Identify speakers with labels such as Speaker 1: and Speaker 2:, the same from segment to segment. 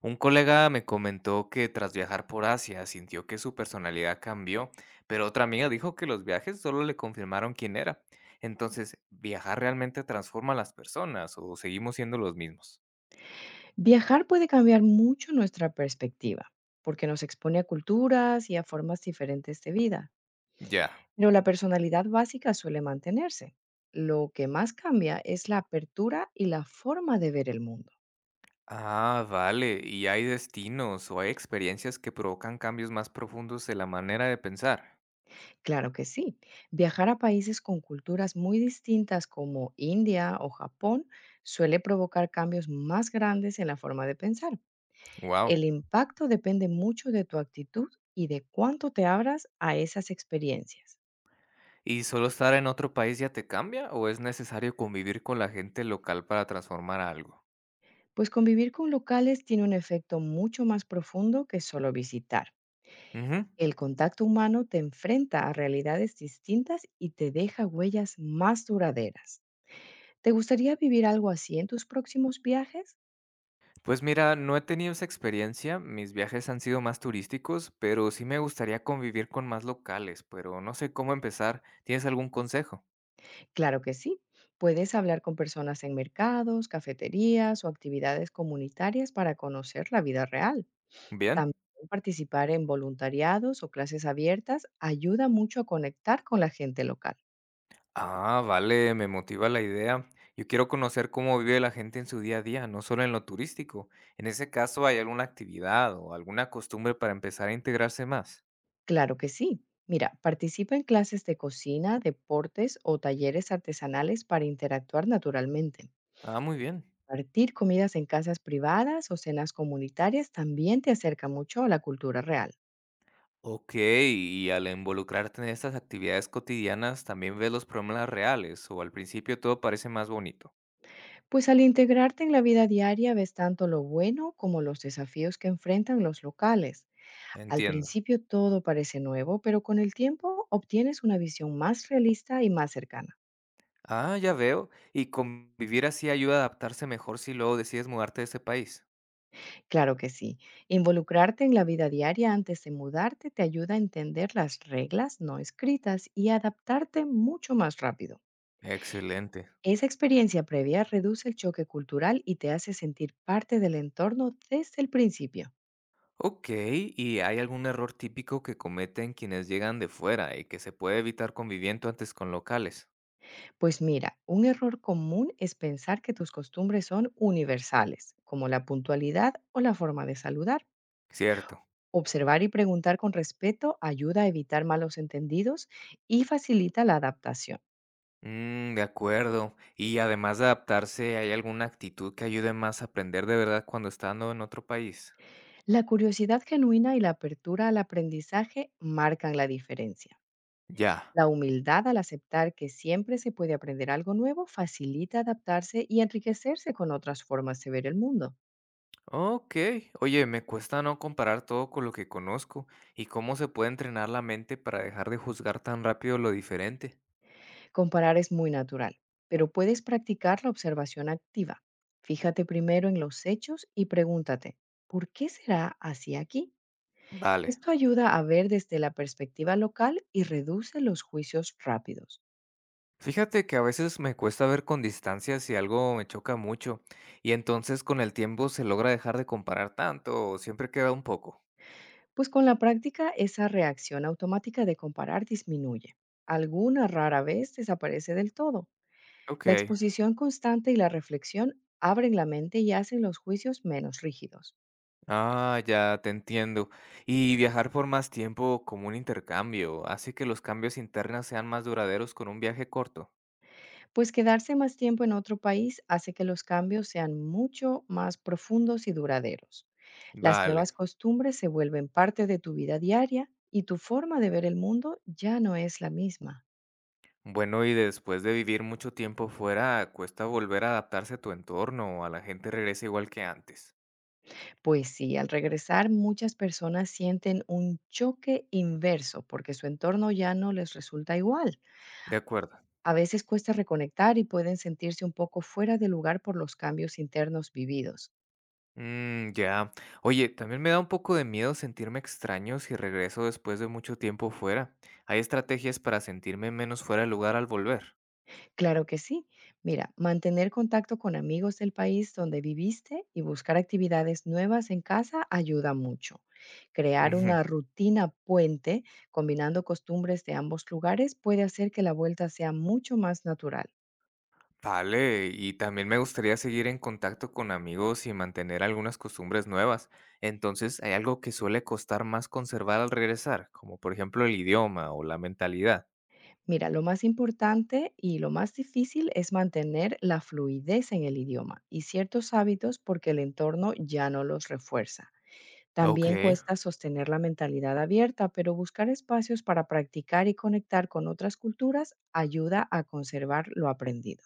Speaker 1: Un colega me comentó que tras viajar por Asia sintió que su personalidad cambió, pero otra amiga dijo que los viajes solo le confirmaron quién era. Entonces, ¿viajar realmente transforma a las personas o seguimos siendo los mismos?
Speaker 2: Viajar puede cambiar mucho nuestra perspectiva, porque nos expone a culturas y a formas diferentes de vida,
Speaker 1: Ya.
Speaker 2: pero la personalidad básica suele mantenerse. Lo que más cambia es la apertura y la forma de ver el mundo.
Speaker 1: Ah, vale. ¿Y hay destinos o hay experiencias que provocan cambios más profundos en la manera de pensar?
Speaker 2: Claro que sí, viajar a países con culturas muy distintas como India o Japón suele provocar cambios más grandes en la forma de pensar.
Speaker 1: Wow.
Speaker 2: El impacto depende mucho de tu actitud y de cuánto te abras a esas experiencias.
Speaker 1: ¿Y solo estar en otro país ya te cambia o es necesario convivir con la gente local para transformar algo?
Speaker 2: Pues convivir con locales tiene un efecto mucho más profundo que solo visitar.
Speaker 1: Ujú.
Speaker 2: El contacto humano te enfrenta a realidades distintas y te deja huellas más duraderas. ¿Te gustaría vivir algo así en tus próximos viajes?
Speaker 1: Pues mira, no he tenido esa experiencia, mis viajes han sido más turísticos, pero sí me gustaría convivir con más locales, pero no sé cómo empezar. ¿Tienes algún consejo?
Speaker 2: Claro que sí. Puedes hablar con personas en mercados, cafeterías o actividades comunitarias para conocer la vida real.
Speaker 1: Bien.
Speaker 2: También participar en voluntariados o clases abiertas ayuda mucho a conectar con la gente local.
Speaker 1: Ah, vale, me motiva la idea. Yo quiero conocer cómo vive la gente en su día a día, no solo en lo turístico. En ese caso, ¿hay alguna actividad o alguna costumbre para empezar a integrarse más?
Speaker 2: Claro que sí. Mira, participa en clases de cocina, deportes o talleres artesanales para interactuar naturalmente.
Speaker 1: Ah, muy bien.
Speaker 2: Partir comidas en casas privadas o cenas comunitarias también te acerca mucho a la cultura real.
Speaker 1: Ok, y al involucrarte en estas actividades cotidianas, ¿también ves los problemas reales o al principio todo parece más bonito?
Speaker 2: Pues al integrarte en la vida diaria ves tanto lo bueno como los desafíos que enfrentan los locales. Al
Speaker 1: Entiendo.
Speaker 2: principio todo parece nuevo, pero con el tiempo obtienes una visión más realista y más cercana.
Speaker 1: Ah, ya veo. ¿Y convivir así ayuda a adaptarse mejor si luego decides mudarte de ese país?
Speaker 2: Claro que sí. Involucrarte en la vida diaria antes de mudarte te ayuda a entender las reglas no escritas y adaptarte mucho más rápido.
Speaker 1: Excelente.
Speaker 2: Esa experiencia previa reduce el choque cultural y te hace sentir parte del entorno desde el principio.
Speaker 1: Ok, ¿y hay algún error típico que cometen quienes llegan de fuera y que se puede evitar conviviendo antes con locales?
Speaker 2: Pues mira, un error común es pensar que tus costumbres son universales, como la puntualidad o la forma de saludar.
Speaker 1: Cierto.
Speaker 2: Observar y preguntar con respeto ayuda a evitar malos entendidos y facilita la adaptación.
Speaker 1: Mm, de acuerdo. Y además de adaptarse, ¿hay alguna actitud que ayude más a aprender de verdad cuando estando en otro país?
Speaker 2: La curiosidad genuina y la apertura al aprendizaje marcan la diferencia.
Speaker 1: Ya.
Speaker 2: La humildad al aceptar que siempre se puede aprender algo nuevo facilita adaptarse y enriquecerse con otras formas de ver el mundo.
Speaker 1: Ok, oye, me cuesta no comparar todo con lo que conozco y cómo se puede entrenar la mente para dejar de juzgar tan rápido lo diferente.
Speaker 2: Comparar es muy natural, pero puedes practicar la observación activa. Fíjate primero en los hechos y pregúntate, ¿por qué será así aquí?
Speaker 1: Vale,
Speaker 2: Esto ayuda a ver desde la perspectiva local y reduce los juicios rápidos.
Speaker 1: fíjate que a veces me cuesta ver con distancia si algo me choca mucho y entonces con el tiempo se logra dejar de comparar tanto o siempre queda un poco.
Speaker 2: Pues con la práctica, esa reacción automática de comparar disminuye. Alguna rara vez desaparece del todo.
Speaker 1: Ok,
Speaker 2: La exposición constante y la reflexión abren la mente y hacen los juicios menos rígidos.
Speaker 1: ah, ya te entiendo. Y viajar por más tiempo como un intercambio hace que los cambios internos sean más duraderos con un viaje corto.
Speaker 2: Pues quedarse más tiempo en otro país hace que los cambios sean mucho más profundos y duraderos. Las nuevas
Speaker 1: Vale.
Speaker 2: costumbres se vuelven parte de tu vida diaria y tu forma de ver el mundo ya no es la misma.
Speaker 1: Bueno, y después de vivir mucho tiempo fuera, cuesta volver a adaptarse a tu entorno o a la gente regresa igual que antes.
Speaker 2: Pues sí, al regresar muchas personas sienten un choque inverso porque su entorno ya no les resulta igual.
Speaker 1: De acuerdo.
Speaker 2: A veces cuesta reconectar y pueden sentirse un poco fuera de lugar por los cambios internos vividos.
Speaker 1: Mm, ya. Oye, también me da un poco de miedo sentirme extraño si regreso después de mucho tiempo fuera. ¿Hay estrategias para sentirme menos fuera de lugar al volver?
Speaker 2: Claro que sí. Mira, mantener contacto con amigos del país donde viviste y buscar actividades nuevas en casa ayuda mucho. Crear
Speaker 1: Ujú.
Speaker 2: una rutina puente combinando costumbres de ambos lugares puede hacer que la vuelta sea mucho más natural.
Speaker 1: Vale, y también me gustaría seguir en contacto con amigos y mantener algunas costumbres nuevas. Entonces, ¿hay algo que suele costar más conservar al regresar, como por ejemplo el idioma o la mentalidad?
Speaker 2: Mira, lo más importante y lo más difícil es mantener la fluidez en el idioma y ciertos hábitos porque el entorno ya no los refuerza.
Speaker 1: Ok.
Speaker 2: También cuesta sostener la mentalidad abierta, pero buscar espacios para practicar y conectar con otras culturas ayuda a conservar lo aprendido.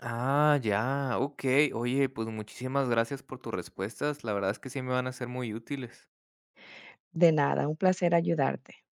Speaker 1: Ah, ya, okey. Oye, pues muchísimas gracias por tus respuestas. La verdad es que sí me van a ser muy útiles.
Speaker 2: De nada, un placer ayudarte.